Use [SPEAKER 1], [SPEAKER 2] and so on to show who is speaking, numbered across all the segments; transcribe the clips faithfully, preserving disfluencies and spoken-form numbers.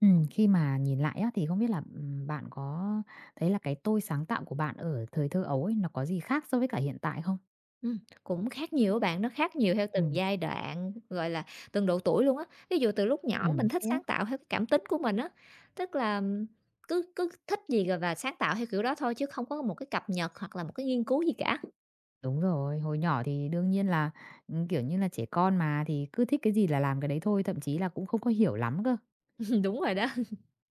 [SPEAKER 1] Ừm, khi mà nhìn lại á, thì không biết là, ừm, bạn có thấy là cái tôi sáng tạo của bạn ở thời thơ ấu ấy, nó có gì khác so với cả hiện tại không?
[SPEAKER 2] Ừm, cũng khác nhiều á bạn, nó khác nhiều theo từng
[SPEAKER 1] Ừm,
[SPEAKER 2] giai đoạn, gọi là, từng độ tuổi luôn á. Ví dụ từ lúc nhỏ
[SPEAKER 1] ừm,
[SPEAKER 2] mình thích
[SPEAKER 1] thế á?
[SPEAKER 2] sáng tạo theo cái cảm tính của mình á, tức là cứ cứ thích gì rồi và sáng tạo theo kiểu đó thôi chứ không có một cái cập nhật hoặc là một cái nghiên cứu gì cả.
[SPEAKER 1] Đúng rồi, hồi nhỏ thì đương nhiên là, ừm, kiểu như là, trẻ con mà, thì cứ thích cái gì là làm cái đấy thôi, thậm chí là cũng không có hiểu lắm cơ.
[SPEAKER 2] Đúng rồi đó.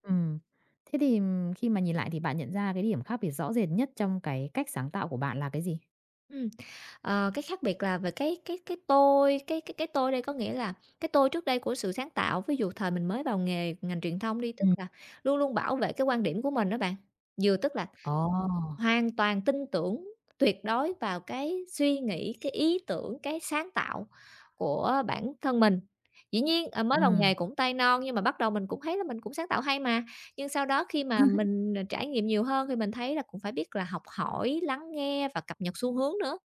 [SPEAKER 1] Ừm. Thế thì, ừm, khi mà nhìn lại thì bạn nhận ra cái điểm khác biệt rõ rệt nhất trong cái cách sáng tạo của bạn là cái gì?
[SPEAKER 2] Ừm, ờ, cái khác biệt là về cái cái cái tôi, cái cái cái tôi đây có nghĩa là cái tôi trước đây của sự sáng tạo, ví dụ thời mình mới vào nghề ngành truyền thông đi,
[SPEAKER 1] Ừm.
[SPEAKER 2] tức là luôn luôn bảo vệ cái quan điểm của mình đó bạn. Vừa tức là
[SPEAKER 1] Ồ!
[SPEAKER 2] hoàn toàn tin tưởng tuyệt đối vào cái suy nghĩ, cái ý tưởng, cái sáng tạo của bản thân mình. Dĩ nhiên, ờ, mới đầu nghề
[SPEAKER 1] Ừm.
[SPEAKER 2] cũng tay non nhưng mà bắt đầu mình cũng thấy là mình cũng sáng tạo hay mà, nhưng sau đó khi mà mình, ờ, trải nghiệm nhiều hơn thì mình thấy là cũng phải biết là học hỏi, lắng nghe và cập nhật xu hướng nữa.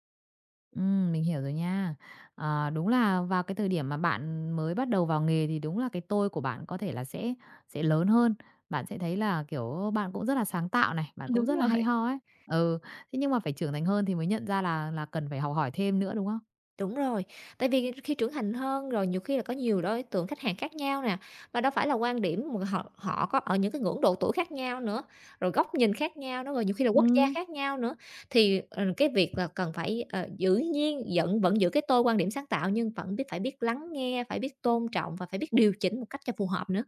[SPEAKER 1] Ừm, mình hiểu rồi nha. Ờ, đúng là vào cái thời điểm mà bạn mới bắt đầu vào nghề thì đúng là cái tôi của bạn có thể là sẽ sẽ lớn hơn. Bạn sẽ thấy là, kiểu, bạn cũng rất là sáng tạo này, bạn cũng
[SPEAKER 2] Đúng
[SPEAKER 1] rất là
[SPEAKER 2] rồi.
[SPEAKER 1] hay ho ấy. Ừ, thế nhưng mà phải trưởng thành hơn thì mới nhận ra là là cần phải học hỏi thêm nữa, đúng không?
[SPEAKER 2] Đúng rồi, tại vì khi trưởng thành hơn rồi nhiều khi là có nhiều đối tượng khách hàng khác nhau nè, và đâu phải là quan điểm mà họ họ có ở những cái ngưỡng độ tuổi khác nhau nữa, rồi góc nhìn khác nhau nữa, rồi nhiều khi là quốc gia
[SPEAKER 1] Ừ.
[SPEAKER 2] khác nhau nữa. Thì, ờ, cái việc là cần phải, ờ, giữ nhiên vẫn vẫn giữ cái tôi quan điểm sáng tạo nhưng vẫn biết phải biết lắng nghe, phải biết tôn trọng và phải biết điều chỉnh một cách cho phù hợp nữa.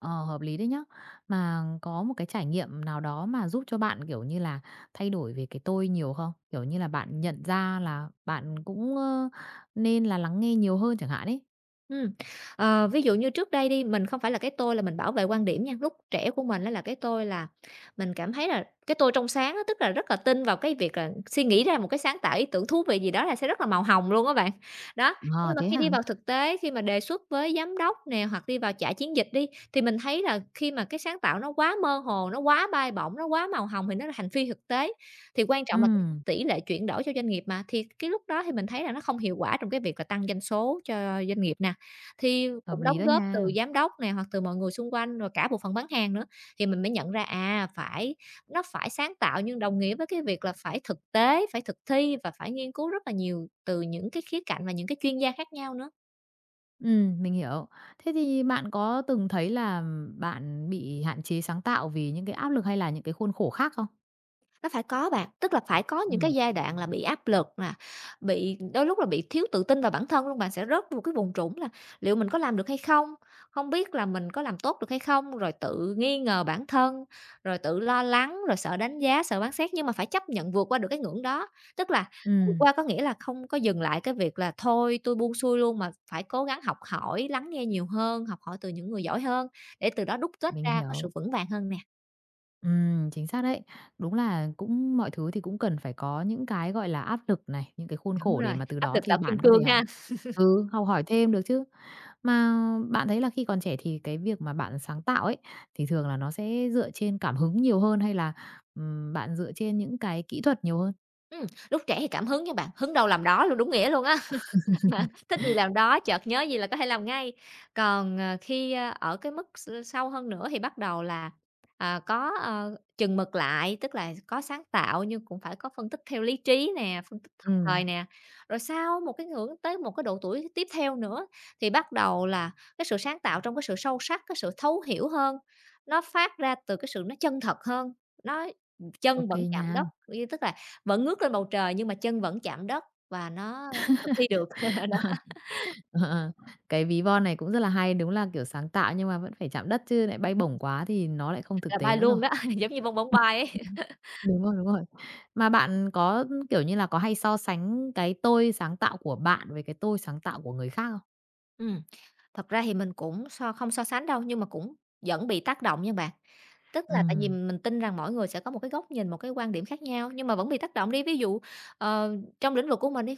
[SPEAKER 1] Ờ, hợp lý đấy nhá. Mà có một cái trải nghiệm nào đó mà giúp cho bạn, kiểu như là, thay đổi về cái tôi nhiều không? Kiểu như là, bạn nhận ra là bạn cũng, ơ, nên là lắng nghe nhiều hơn chẳng hạn ấy.
[SPEAKER 2] Ừm, ờ, ví dụ như trước đây đi, mình không phải là cái tôi là mình bảo vệ quan điểm nha, lúc trẻ của mình á là cái tôi là mình cảm thấy là cái tôi trong sáng á, tức là rất là tin vào cái việc là suy nghĩ ra một cái sáng tạo ý tưởng thú vị gì đó là sẽ rất là màu hồng luôn các bạn. Đó, nhưng
[SPEAKER 1] Ờ,
[SPEAKER 2] mà
[SPEAKER 1] thế
[SPEAKER 2] khi
[SPEAKER 1] hả?
[SPEAKER 2] đi vào thực tế, khi mà đề xuất với giám đốc nè, hoặc đi vào trại chiến dịch đi, thì mình thấy là khi mà cái sáng tạo nó quá mơ hồ, nó quá bay bổng, nó quá màu hồng thì nó là thành phi thực tế. Thì quan trọng là
[SPEAKER 1] Ừ.
[SPEAKER 2] tỷ lệ chuyển đổi cho doanh nghiệp mà, thì cái lúc đó thì mình thấy là nó không hiệu quả trong cái việc là tăng doanh số cho doanh nghiệp nè. Thì
[SPEAKER 1] Hợp
[SPEAKER 2] cũng đóng
[SPEAKER 1] lý đó
[SPEAKER 2] góp từ
[SPEAKER 1] nha.
[SPEAKER 2] giám đốc này hoặc từ mọi người xung quanh, rồi cả bộ phận bán hàng nữa, thì mình mới nhận ra, à, phải nó phải sáng tạo nhưng đồng nghĩa với cái việc là phải thực tế, phải thực thi và phải nghiên cứu rất là nhiều từ những cái khía cạnh và những cái chuyên gia khác nhau nữa.
[SPEAKER 1] Ừm, mình hiểu. Thế thì bạn có từng thấy là bạn bị hạn chế sáng tạo vì những cái áp lực hay là những cái khuôn khổ khác không?
[SPEAKER 2] Nó phải có bạn, tức là phải có những cái
[SPEAKER 1] Ừm,
[SPEAKER 2] giai đoạn là bị áp lực nè, bị đôi lúc là bị thiếu tự tin vào bản thân luôn, bạn sẽ rớt vô một cái vùng trũng là liệu mình có làm được hay không? Không biết là mình có làm tốt được hay không? Rồi tự nghi ngờ bản thân, rồi tự lo lắng, rồi sợ đánh giá, sợ phán xét, nhưng mà phải chấp nhận vượt qua được cái ngưỡng đó. Tức là vượt
[SPEAKER 1] ừm,
[SPEAKER 2] qua có nghĩa là không có dừng lại cái việc là "Thôi tôi buông xuôi luôn", mà phải cố gắng học hỏi, lắng nghe nhiều hơn, học hỏi từ những người giỏi hơn để từ đó đúc kết
[SPEAKER 1] mình
[SPEAKER 2] ra có sự
[SPEAKER 1] hiểu.
[SPEAKER 2] vững vàng hơn nè.
[SPEAKER 1] Ừm, chính xác đấy. Đúng là cũng mọi thứ thì cũng cần phải có những cái, gọi là, áp lực này, những cái khuôn
[SPEAKER 2] Đúng
[SPEAKER 1] khổ
[SPEAKER 2] rồi,
[SPEAKER 1] để mà từ
[SPEAKER 2] áp
[SPEAKER 1] đó
[SPEAKER 2] lực
[SPEAKER 1] thì
[SPEAKER 2] tạo kim
[SPEAKER 1] bạn có thể
[SPEAKER 2] cương
[SPEAKER 1] h
[SPEAKER 2] ha.
[SPEAKER 1] ừ, học hỏi thêm được chứ. Mà bạn thấy là khi còn trẻ thì cái việc mà bạn sáng tạo ấy, thì thường là nó sẽ dựa trên cảm hứng nhiều hơn hay là, ừm, bạn dựa trên những cái kỹ thuật nhiều hơn?
[SPEAKER 2] Ừm, lúc trẻ thì cảm hứng nha bạn, hứng đâu làm đó luôn, đúng nghĩa luôn á. Mà thích gì làm đó, chợt nhớ gì là có thể làm ngay. Còn, ờ, khi, a, ở cái mức s sâu hơn nữa thì bắt đầu là, à, có, ờ, chừng mực lại, tức là có sáng tạo nhưng cũng phải có phân tích theo lý trí nè, phân tích thật thời
[SPEAKER 1] Ừm.
[SPEAKER 2] nè. Rồi sau một cái ngưỡng tới một cái độ tuổi tiếp theo nữa thì bắt đầu là cái sự sáng tạo trong cái sự sâu sắc, cái sự thấu hiểu hơn, nó phát ra từ cái sự nó chân thật hơn, nó chân
[SPEAKER 1] ok
[SPEAKER 2] vẫn chạm
[SPEAKER 1] nha.
[SPEAKER 2] đất, y tức là vẫn ngước lên bầu trời nhưng mà chân vẫn chạm đất và nó thực thi được, là
[SPEAKER 1] Ờ, ờ. Cái ví von này cũng rất là hay, đúng là, kiểu, sáng tạo nhưng mà vẫn phải chạm đất chứ lại bay bổng quá thì nó lại không thực
[SPEAKER 2] là
[SPEAKER 1] tế
[SPEAKER 2] bay
[SPEAKER 1] nữa rồi.
[SPEAKER 2] luôn đó, giống như bong bóng bay ấy.
[SPEAKER 1] Ừ, Đúng rồi, đúng rồi. Mà bạn có, kiểu như là, có hay so sánh cái tôi sáng tạo của bạn với cái tôi sáng tạo của người khác không?
[SPEAKER 2] Ừm, thật ra thì mình cũng so không so sánh đâu, nhưng mà cũng vẫn bị tác động nha bạn. Tức là tại vì
[SPEAKER 1] Ừm,
[SPEAKER 2] mình tin rằng mỗi người sẽ có một cái góc nhìn, một cái quan điểm khác nhau, nhưng mà vẫn bị tác động đi. Ví dụ, ờ, trong lĩnh vực của mình đi,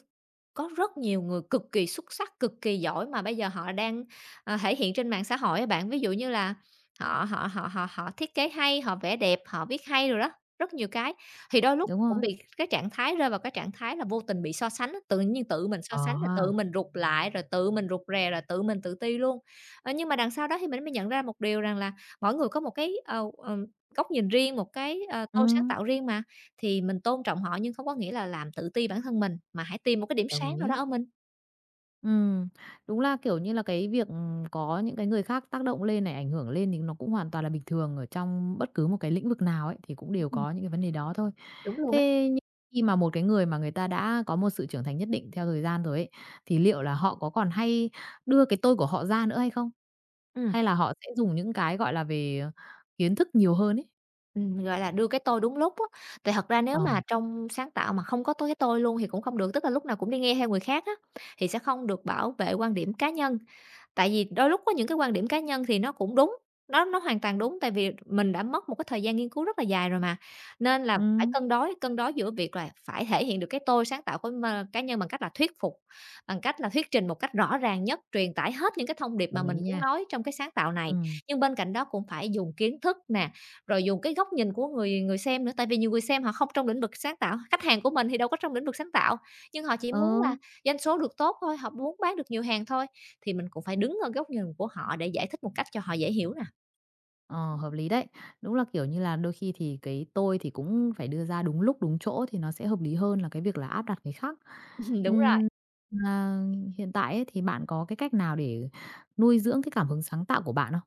[SPEAKER 2] có rất nhiều người cực kỳ xuất sắc, cực kỳ giỏi mà bây giờ họ đang, ờ, thể hiện trên mạng xã hội á bạn. Ví dụ như là họ họ họ họ họ thiết kế hay, họ vẽ đẹp, họ viết hay rồi đó, rất nhiều cái. Thì đôi lúc
[SPEAKER 1] đúng
[SPEAKER 2] cũng
[SPEAKER 1] rồi.
[SPEAKER 2] bị cái trạng thái rơi vào cái trạng thái là vô tình bị so sánh á, tự nhiên tự mình so sánh
[SPEAKER 1] Ờ
[SPEAKER 2] rồi tự
[SPEAKER 1] ha.
[SPEAKER 2] mình rụt lại, rồi tự mình rụt rè, rồi tự mình tự ti luôn. Ờ, nhưng mà đằng sau đó thì mình mới nhận ra một điều rằng là mỗi người có một cái, ờ, ừm, góc nhìn riêng, một cái, ờ, tôi sáng
[SPEAKER 1] Ừm,
[SPEAKER 2] tạo riêng mà, thì mình tôn trọng họ nhưng không có nghĩa là làm tự ti bản thân mình, mà hãy tìm một cái điểm
[SPEAKER 1] đồng
[SPEAKER 2] sáng nào đó
[SPEAKER 1] ý.
[SPEAKER 2] ở mình.
[SPEAKER 1] Ừm, đúng là, kiểu như là, cái việc, có những cái người khác tác động lên này, ảnh hưởng lên thì nó cũng hoàn toàn là bình thường ở trong bất cứ một cái lĩnh vực nào ấy, thì cũng đều
[SPEAKER 2] Ừm,
[SPEAKER 1] có những cái vấn đề đó thôi.
[SPEAKER 2] đúng luôn ấy.
[SPEAKER 1] Thế nhưng khi mà một cái người mà người ta đã có một sự trưởng thành nhất định theo thời gian rồi ấy, thì liệu là họ có còn hay đưa cái tôi của họ ra nữa hay không?
[SPEAKER 2] Ừm,
[SPEAKER 1] Hay là họ sẽ dùng những cái, gọi là, về, ờ, kiến thức nhiều hơn ấy?
[SPEAKER 2] ừm, gọi là, đưa cái tôi đúng lúc á. Tại thật ra
[SPEAKER 1] Ờ,
[SPEAKER 2] nếu mà trong sáng tạo mà không có tôi cái tôi luôn thì cũng không được, tức là lúc nào cũng đi nghe theo người khác á, thì sẽ không được bảo vệ quan điểm cá nhân. Tại vì đôi lúc có những cái quan điểm cá nhân thì nó cũng đúng, nó nó hoàn toàn đúng, tại vì mình đã mất một cái thời gian nghiên cứu rất là dài rồi mà. Nên là phải
[SPEAKER 1] ừm,
[SPEAKER 2] cân đối, cân đối giữa việc là phải thể hiện được cái tôi sáng tạo của ma cá nhân bằng cách là thuyết phục, bằng cách là thuyết trình một cách rõ ràng nhất, truyền tải hết những cái thông điệp mà
[SPEAKER 1] đồng ý
[SPEAKER 2] mình muốn
[SPEAKER 1] nha.
[SPEAKER 2] nói trong cái sáng tạo
[SPEAKER 1] Ừ.
[SPEAKER 2] này. Nhưng bên cạnh đó cũng phải dùng kiến thức nè, rồi dùng cái góc nhìn của người người xem nữa, tại vì nhiều người xem họ không trong lĩnh vực sáng tạo, khách hàng của mình thì đâu có trong lĩnh vực sáng tạo, nhưng họ chỉ
[SPEAKER 1] Ờ.
[SPEAKER 2] muốn là doanh số được tốt thôi, họ muốn bán được nhiều hàng thôi, thì mình cũng phải đứng ở góc nhìn của họ để giải thích một cách cho họ dễ hiểu nè.
[SPEAKER 1] Ờ, hợp lý đấy. Đúng là, kiểu như là, đôi khi thì cái tôi thì cũng phải đưa ra đúng lúc, đúng chỗ thì nó sẽ hợp lý hơn là cái việc là áp đặt người khác.
[SPEAKER 2] Đúng rồi.
[SPEAKER 1] Ừm, mà hiện tại ấy thì bạn có cái cách nào để nuôi dưỡng cái cảm hứng sáng tạo của bạn không?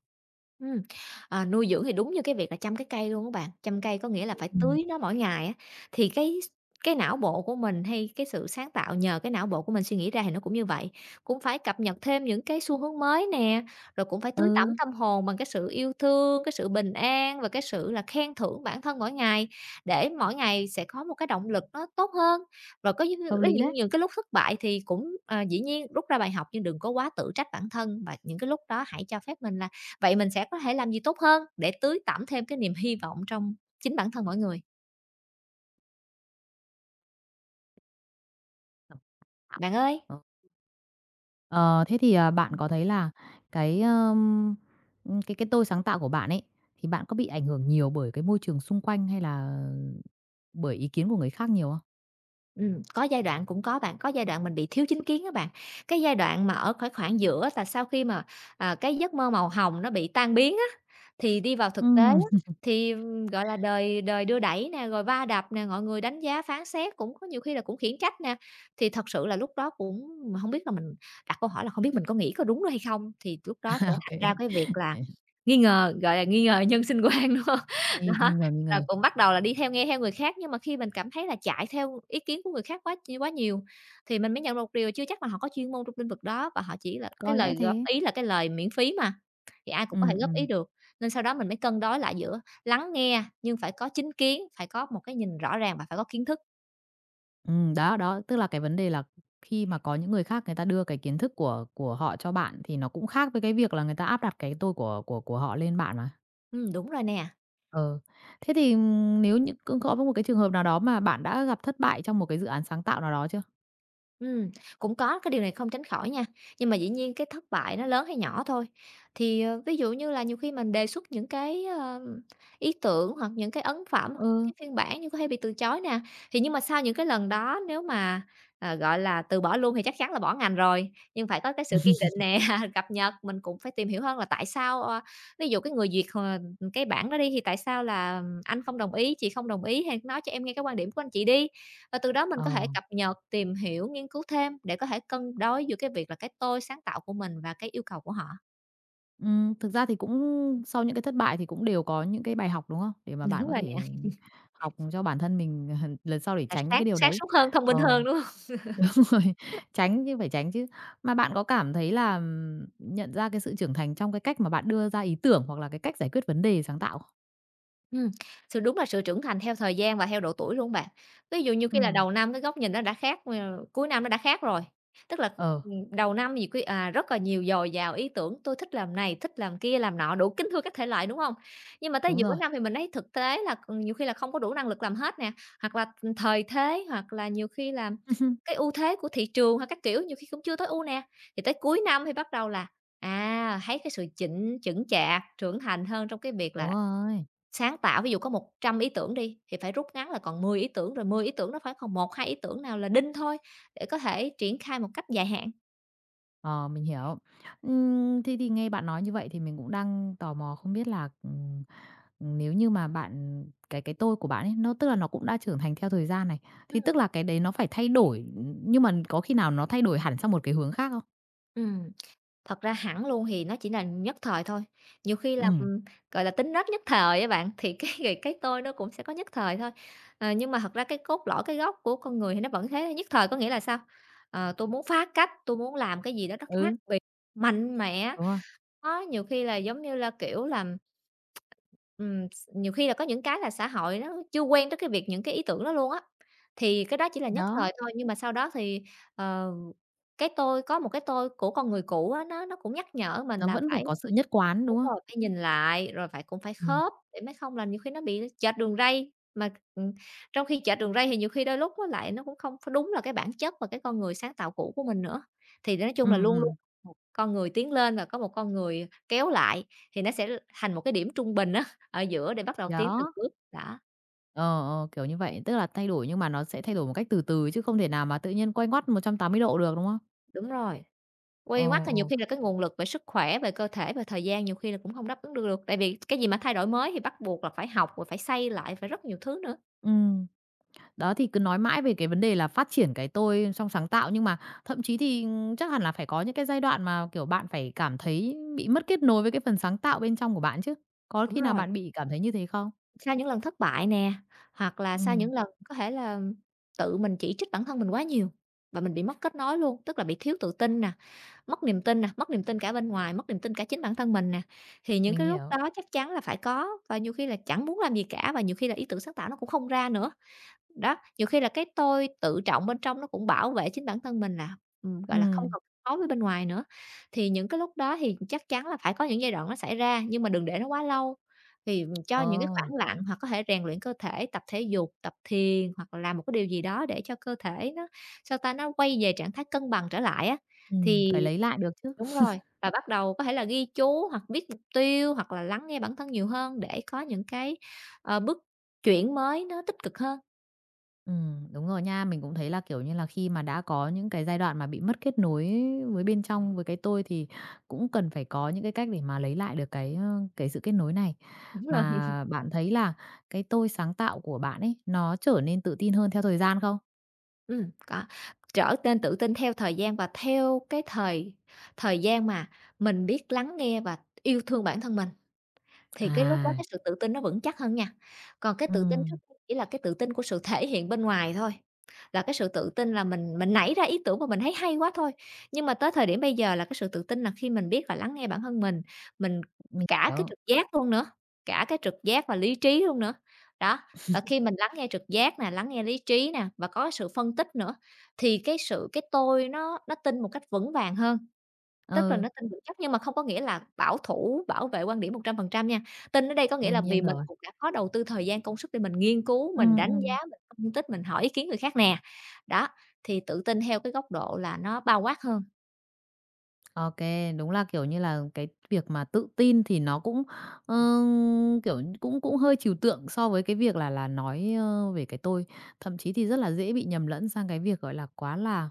[SPEAKER 2] Ừm, à, nuôi dưỡng thì đúng như cái việc là chăm cái cây luôn á bạn, chăm cây có nghĩa là phải
[SPEAKER 1] Ừm,
[SPEAKER 2] tưới nó mỗi ngày á, thì cái cái não bộ của mình hay cái sự sáng tạo nhờ cái não bộ của mình suy nghĩ ra thì nó cũng như vậy, cũng phải cập nhật thêm những cái xu hướng mới nè, rồi cũng phải tưới tẩm
[SPEAKER 1] ừ,
[SPEAKER 2] tâm hồn bằng cái sự yêu thương, cái sự bình an và cái sự là khen thưởng bản thân mỗi ngày, để mỗi ngày sẽ có một cái động lực nó tốt hơn. Rồi có những
[SPEAKER 1] hợp
[SPEAKER 2] với
[SPEAKER 1] lý
[SPEAKER 2] những
[SPEAKER 1] đấy.
[SPEAKER 2] những cái lúc thất bại thì cũng, à, dĩ nhiên rút ra bài học nhưng đừng có quá tự trách bản thân và những cái lúc đó hãy cho phép mình là vậy mình sẽ có thể làm gì tốt hơn để tưới tẩm thêm cái niềm hy vọng trong chính bản thân mỗi người? Bạn ơi!
[SPEAKER 1] Ờ, ờ, thế thì, à, bạn có thấy là cái, ờm, ừm, cái cái tôi sáng tạo của bạn ấy, thì bạn có bị ảnh hưởng nhiều bởi cái môi trường xung quanh hay là bởi ý kiến của người khác nhiều không?
[SPEAKER 2] Ừm, có giai đoạn cũng có bạn, có giai đoạn mình bị thiếu chính kiến á bạn. Cái giai đoạn mà ở khoảng khoảng giữa á, là sau khi mà, à, cái giấc mơ màu hồng nó bị tan biến á, thì đi vào thực tế á,
[SPEAKER 1] Ừm,
[SPEAKER 2] thì, ừm, gọi là, đời đời đưa đẩy nè, rồi va đập nè, mọi người đánh giá phán xét, cũng có nhiều khi là cũng khiển trách nè. Thì thật sự là lúc đó cũng mình hông biết là mình đặt câu hỏi là không biết mình có nghĩ có đúng đó hay không? Thì lúc
[SPEAKER 1] ô
[SPEAKER 2] đó sẽ thành ra cái việc là nghi ngờ, gọi là, nghi ngờ nhân sinh quan, đúng hông?
[SPEAKER 1] Nghi nghi
[SPEAKER 2] Đó.
[SPEAKER 1] ngờ, nghi ngờ.
[SPEAKER 2] Rồi cũng bắt đầu là đi theo nghe theo người khác, nhưng mà khi mình cảm thấy là chạy theo ý kiến của người khác quá ch quá nhiều, thì mình mới nhận ra một điều chưa chắc là họ có chuyên môn trong lĩnh vực đó và họ chỉ là cái
[SPEAKER 1] Có lẽ
[SPEAKER 2] lời góp
[SPEAKER 1] thế.
[SPEAKER 2] ý là cái lời miễn phí mà, thì ai
[SPEAKER 1] Ừ,
[SPEAKER 2] cũng có thể góp ý
[SPEAKER 1] ừ,
[SPEAKER 2] được. Nên sau đó mình mới cân đối lại giữa lắng nghe nhưng phải có chính kiến, phải có một cái nhìn rõ ràng và phải có kiến thức.
[SPEAKER 1] ừ, đó, đó, tức là cái vấn đề là khi mà có những người khác người ta đưa cái kiến thức của của họ cho bạn thì nó cũng khác với cái việc là người ta áp đặt cái tôi của của của họ lên bạn mà.
[SPEAKER 2] Ừm, đúng rồi nè.
[SPEAKER 1] Ờ, thế thì, ừm, nếu như cũng có một cái trường hợp nào đó mà bạn đã gặp thất bại trong một cái dự án sáng tạo nào đó chưa?
[SPEAKER 2] Ừm, cũng có, cái điều này không tránh khỏi nha. Nhưng mà dĩ nhiên cái thất bại nó lớn hay nhỏ thôi. Thì, ờ, ví dụ như là nhiều khi mình đề xuất những cái, ờ, ý tưởng hoặc những cái ấn phẩm, hoặc
[SPEAKER 1] Ừ.
[SPEAKER 2] cái phiên bản nhưng có hay bị từ chối nè. Thì nhưng mà sau những cái lần đó nếu mà, ờ, gọi là, từ bỏ luôn thì chắc chắn là bỏ ngành rồi, nhưng phải có cái sự kiên định nè, cập nhật, mình cũng phải tìm hiểu hơn là tại sao, ờ, ví dụ cái người duyệt, ờ, cái bản đó đi thì tại sao là anh không đồng ý, chị không đồng ý, hay nói cho em nghe cái quan điểm của anh chị đi. Và từ đó mình có thể
[SPEAKER 1] Ờ,
[SPEAKER 2] cập nhật, tìm hiểu, nghiên cứu thêm để có thể cân đối giữa cái việc là cái tôi sáng tạo của mình và cái yêu cầu của họ.
[SPEAKER 1] ừm, thực ra thì cũng sau những cái thất bại thì cũng đều có những cái bài học, đúng không? Để mà bạn
[SPEAKER 2] Đúng
[SPEAKER 1] có
[SPEAKER 2] rồi nè,
[SPEAKER 1] thể học cho bản thân mình lần sau để
[SPEAKER 2] là
[SPEAKER 1] tránh những
[SPEAKER 2] sáng
[SPEAKER 1] cái điều
[SPEAKER 2] sáng
[SPEAKER 1] đấy.
[SPEAKER 2] suốt hơn, thông minh
[SPEAKER 1] Ờ.
[SPEAKER 2] hơn, đúng hông?
[SPEAKER 1] rồi, tránh chứ phải tránh chứ. Mà bạn có cảm thấy là, ừm, nhận ra cái sự trưởng thành trong cái cách mà bạn đưa ra ý tưởng hoặc là cái cách giải quyết vấn đề sáng tạo không?
[SPEAKER 2] Ừm, sự đúng là sự trưởng thành theo thời gian và theo độ tuổi luôn bạn. Ví dụ như
[SPEAKER 1] Ừ,
[SPEAKER 2] khi là đầu năm cái góc nhìn nó đã khác, ờ, cuối năm nó đã khác rồi. Tức là,
[SPEAKER 1] ờ,
[SPEAKER 2] ừm, đầu năm nhiều khi, à, rất là nhiều dồi dào ý tưởng, tôi thích làm này, thích làm kia, làm nọ, đủ kính thưa các thể loại, đúng không? Nhưng mà tới
[SPEAKER 1] đúng
[SPEAKER 2] giữa
[SPEAKER 1] rồi.
[SPEAKER 2] năm thì mình thấy thực tế là, ừm, nhiều khi là không có đủ năng lực làm hết nè, hoặc là, thời thế, hoặc là nhiều khi là cái ưu thế của thị trường hay các kiểu, nhiều khi cũng chưa tối ưu nè. Thì tới cuối năm thì bắt đầu là, à, thấy cái sự chỉnh chững chạc, trưởng thành hơn trong cái việc
[SPEAKER 1] Đúng
[SPEAKER 2] là
[SPEAKER 1] rồi,
[SPEAKER 2] sáng tạo, ví dụ có một trăm ý tưởng đi, thì phải rút ngắn là còn mười ý tưởng, rồi mười ý tưởng nó phải còn một hai ý tưởng nào là đinh thôi, để có thể triển khai một cách dài hạn.
[SPEAKER 1] ờ, mình hiểu. Ừm, thế thì nghe bạn nói như vậy thì mình cũng đang tò mò không biết là, ừm, nếu như mà bạn cái cái tôi của bạn ấy, nó tức là nó cũng đã trưởng thành theo thời gian này, thì
[SPEAKER 2] Ừm,
[SPEAKER 1] tức là cái đấy nó phải thay đổi, nhưng mà có khi nào nó thay đổi hẳn sang một cái hướng khác không?
[SPEAKER 2] ừm, thật ra hẳn luôn thì nó chỉ là nhất thời thôi, nhiều khi là,
[SPEAKER 1] Ừm,
[SPEAKER 2] ừm, gọi là, tính nết nhất thời á bạn, thì cái người cái tôi nó cũng sẽ có nhất thời thôi. Ờ, nhưng mà thật ra cái cốt lõi, cái gốc của con người thì nó vẫn thế nhất thời có nghĩa là sao? Ờ, tôi muốn phá cách, tôi muốn làm cái gì đó nó khác
[SPEAKER 1] ừ,
[SPEAKER 2] biệt, mạnh mẽ,
[SPEAKER 1] đúng rồi,
[SPEAKER 2] nó nhiều khi là giống như là, kiểu là Ừm, s nhiều khi là có những cái là xã hội nó chưa quen tới cái việc những cái ý tưởng đó luôn á, thì cái đó chỉ là nhất
[SPEAKER 1] đó.
[SPEAKER 2] thời thôi, nhưng mà sau đó thì, ờ, cái tôi có một cái tôi của con người cũ á, nó nó cũng nhắc nhở mình
[SPEAKER 1] Nó
[SPEAKER 2] là
[SPEAKER 1] vẫn phải
[SPEAKER 2] phải
[SPEAKER 1] có sự nhất quán, đúng
[SPEAKER 2] đúng rồi,
[SPEAKER 1] không?
[SPEAKER 2] phải nhìn lại, rồi phải cũng phải
[SPEAKER 1] Ừm,
[SPEAKER 2] khớp để mới không là nhiều khi nó bị chệch đường ray, mà, ừm, trong khi chệch đường ray thì nhiều khi đôi lúc nó lại nó cũng không có đúng là cái bản chất và cái con người sáng tạo cũ của mình nữa. Thì nói chung là
[SPEAKER 1] ừm,
[SPEAKER 2] luôn luôn
[SPEAKER 1] ừm,
[SPEAKER 2] một con người tiến lên và có một con người kéo lại thì nó sẽ thành một cái điểm trung bình á. Ở giữa để bắt
[SPEAKER 1] thì
[SPEAKER 2] đầu tiến từng
[SPEAKER 1] đó,
[SPEAKER 2] bước, đã
[SPEAKER 1] ờ, ờ, kiểu như vậy, tức là thay đổi nhưng mà nó sẽ thay đổi một cách từ từ chứ không thể nào mà tự nhiên quay ngoắt một trăm tám mươi độ được, đúng không?
[SPEAKER 2] đúng rồi.
[SPEAKER 1] Ờ,
[SPEAKER 2] Quay ngoắt thì nhiều
[SPEAKER 1] ờ,
[SPEAKER 2] khi là cái nguồn lực về sức khỏe, về cơ thể, về thời gian nhiều khi là cũng không đáp ứng được được, tại vì cái gì mà thay đổi mới thì bắt buộc là phải học, rồi phải xây lại, phải rất nhiều thứ nữa.
[SPEAKER 1] ừm, đó thì cứ nói mãi về cái vấn đề là phát triển cái tôi trong sáng tạo nhưng mà thậm chí thì, chắc hẳn là phải có những cái giai đoạn mà, kiểu, bạn phải cảm thấy bị mất kết nối với cái phần sáng tạo bên trong của bạn chứ. Có
[SPEAKER 2] Đúng
[SPEAKER 1] khi nào
[SPEAKER 2] rồi,
[SPEAKER 1] bạn bị cảm thấy như thế không?
[SPEAKER 2] sau những lần thất bại nè, hoặc là sau những
[SPEAKER 1] Ừm,
[SPEAKER 2] lần có thể là tự mình chỉ trích bản thân mình quá nhiều và mình bị mất kết nối luôn, tức là bị thiếu tự tin nè, mất niềm tin nè, mất niềm tin cả bên ngoài, mất niềm tin cả chính bản thân mình nè, thì những
[SPEAKER 1] mình
[SPEAKER 2] cái lúc
[SPEAKER 1] hiểu.
[SPEAKER 2] đó chắc chắn là phải có, và nhiều khi là chẳng muốn làm gì cả và nhiều khi là ý tưởng sáng tạo nó cũng không ra nữa. Đó, nhiều khi là cái tôi tự trọng bên trong nó cũng bảo vệ chính bản thân mình là, ừm, gọi là, không
[SPEAKER 1] Ừm,
[SPEAKER 2] còn đối với bên ngoài nữa. Thì những cái lúc đó thì chắc chắn là phải có những giai đoạn nó xảy ra, nhưng mà đừng để nó quá lâu, thì cho
[SPEAKER 1] ồ,
[SPEAKER 2] những cái khoảng lặng hoặc có thể rèn luyện cơ thể, tập thể dục, tập thiền hoặc là làm một cái điều gì đó để cho cơ thể nó, sao ta, nó quay về trạng thái cân bằng trở lại á.
[SPEAKER 1] ừm,
[SPEAKER 2] Thì
[SPEAKER 1] phải lấy lại được chứ.
[SPEAKER 2] đúng rồi, và bắt đầu có thể là ghi chú hoặc viết mục tiêu hoặc là lắng nghe bản thân nhiều hơn để có những cái, ờ, bước chuyển mới nó tích cực hơn.
[SPEAKER 1] Ừm, đúng rồi nha. Mình cũng thấy là, kiểu như là, khi mà đã có những cái giai đoạn mà bị mất kết nối với bên trong, với cái tôi thì cũng cần phải có những cái cách để mà lấy lại được cái, ơ, cái sự kết nối này.
[SPEAKER 2] Đúng rồi.
[SPEAKER 1] Mà bạn thấy là cái tôi sáng tạo của bạn ấy, nó trở nên tự tin hơn theo thời gian không?
[SPEAKER 2] Ừm, có, trở nên tự tin theo thời gian và theo cái thời thời gian mà mình biết lắng nghe và yêu thương bản thân mình. Thì cái lúc đó
[SPEAKER 1] À.
[SPEAKER 2] cái sự tự tin nó vững chắc hơn nha. Còn cái tự tin trước
[SPEAKER 1] Ừm,
[SPEAKER 2] đây chỉ là cái tự tin của sự thể hiện bên ngoài thôi, là cái sự tự tin là mình mình nảy ra ý tưởng mà mình thấy hay quá thôi. Nhưng mà tới thời điểm bây giờ là cái sự tự tin là khi mình biết và lắng nghe bản thân mình, mình
[SPEAKER 1] mình
[SPEAKER 2] cả cái
[SPEAKER 1] hiểu.
[SPEAKER 2] trực giác luôn nữa, cả cái trực giác và lý trí luôn nữa. Đó, và khi mình lắng nghe trực giác nè, lắng nghe lý trí nè và có sự phân tích nữa thì cái sự cái tôi nó nó tin một cách vững vàng hơn. Tức là
[SPEAKER 1] Ừ,
[SPEAKER 2] nó tin vững chắc nhưng mà không có nghĩa là bảo thủ, bảo vệ quan điểm một trăm phần trăm nha. Tin ở đây có nghĩa là
[SPEAKER 1] đương
[SPEAKER 2] vì
[SPEAKER 1] nhiên
[SPEAKER 2] mình
[SPEAKER 1] rồi.
[SPEAKER 2] cũng đã có đầu tư thời gian, công sức để mình nghiên cứu,
[SPEAKER 1] ừ
[SPEAKER 2] mình đánh giá,
[SPEAKER 1] ừm.
[SPEAKER 2] mình phân tích, mình hỏi ý kiến người khác nè. Đó, thì tự tin theo cái góc độ là nó bao quát hơn.
[SPEAKER 1] OK, đúng là, kiểu như là, cái việc mà tự tin thì nó cũng, ờ, kiểu, như cũng cũng hơi trừu tượng so với cái việc là là nói, ơ, về cái tôi. Thậm chí thì rất là dễ bị nhầm lẫn sang cái việc, gọi là, quá là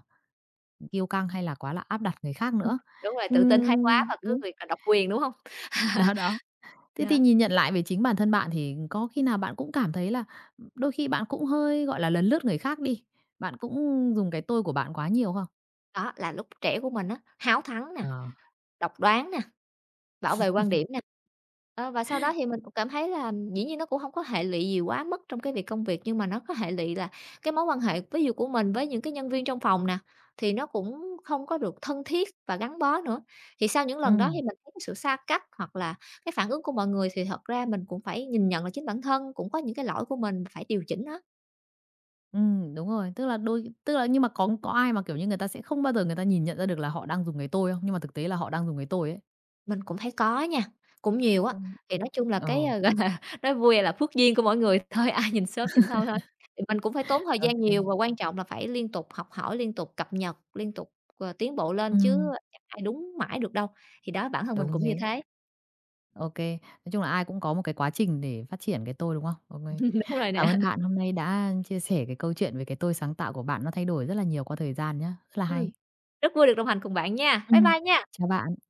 [SPEAKER 1] kiêu căng hay là quá là áp đặt người khác
[SPEAKER 2] Đúng,
[SPEAKER 1] nữa.
[SPEAKER 2] đúng rồi, tự tin thái quá
[SPEAKER 1] Ừm,
[SPEAKER 2] và cứ
[SPEAKER 1] đúng,
[SPEAKER 2] việc là độc quyền, đúng hông?
[SPEAKER 1] đó, đó. Thế
[SPEAKER 2] Đó,
[SPEAKER 1] thì nhìn nhận lại về chính bản thân bạn thì có khi nào bạn cũng cảm thấy là đôi khi bạn cũng hơi, gọi là, lấn lướt người khác đi, bạn cũng dùng cái tôi của bạn quá nhiều không?
[SPEAKER 2] đó là lúc trẻ của mình á, háo thắng nè,
[SPEAKER 1] Ờ.
[SPEAKER 2] độc đoán nè, bảo vệ quan điểm nè. Ờ, và sau đó thì mình cũng cảm thấy là dĩ nhiên nó cũng không có hệ lụy gì quá mức trong cái việc công việc, nhưng mà nó có hệ lụy là cái mối quan hệ, ví dụ của mình với những cái nhân viên trong phòng nè, thì nó cũng không có được thân thiết và gắn bó nữa. Thì sau những lần đó thì
[SPEAKER 1] Ừm.
[SPEAKER 2] mình thấy cái sự xa cách hoặc là cái phản ứng của mọi người thì thật ra mình cũng phải nhìn nhận là chính bản thân, cũng có những cái lỗi của mình phải điều chỉnh á.
[SPEAKER 1] Ừ đúng rồi, tức là đôi tức là nhưng mà có có ai mà, kiểu như, người ta sẽ không bao giờ người ta nhìn nhận ra được là họ đang dùng cái tôi không? Nhưng mà thực tế là họ đang dùng cái tôi ấy.
[SPEAKER 2] Mình cũng thấy có nha, cũng nhiều á.
[SPEAKER 1] Ừm.
[SPEAKER 2] Thì nói chung là cái,
[SPEAKER 1] Ờ,
[SPEAKER 2] ờ, gọi là, nói vui là phước duyên của mỗi người thôi, ai nhìn sớm nhìn thôi thôi. Thì mình cũng phải tốn thời
[SPEAKER 1] ô
[SPEAKER 2] gian
[SPEAKER 1] kê.
[SPEAKER 2] nhiều và quan trọng là phải liên tục học hỏi, liên tục cập nhật, liên tục, ờ, tiến bộ lên chứ chẳng ai đúng mãi được đâu. Thì đó, bản thân mình
[SPEAKER 1] đúng
[SPEAKER 2] cũng như
[SPEAKER 1] thế.
[SPEAKER 2] thế.
[SPEAKER 1] OK nói chung là ai cũng có một cái quá trình để phát triển cái tôi, đúng không? Ô.
[SPEAKER 2] Đúng rồi nè.
[SPEAKER 1] Cảm ơn bạn hôm nay đã chia sẻ cái câu chuyện về cái tôi sáng tạo của bạn, nó thay đổi rất là nhiều qua thời gian nhá, rất là
[SPEAKER 2] Ừm,
[SPEAKER 1] hay.
[SPEAKER 2] rất vui được đồng hành cùng bạn nha. Bye
[SPEAKER 1] Ừm,
[SPEAKER 2] bye nha.
[SPEAKER 1] chào bạn.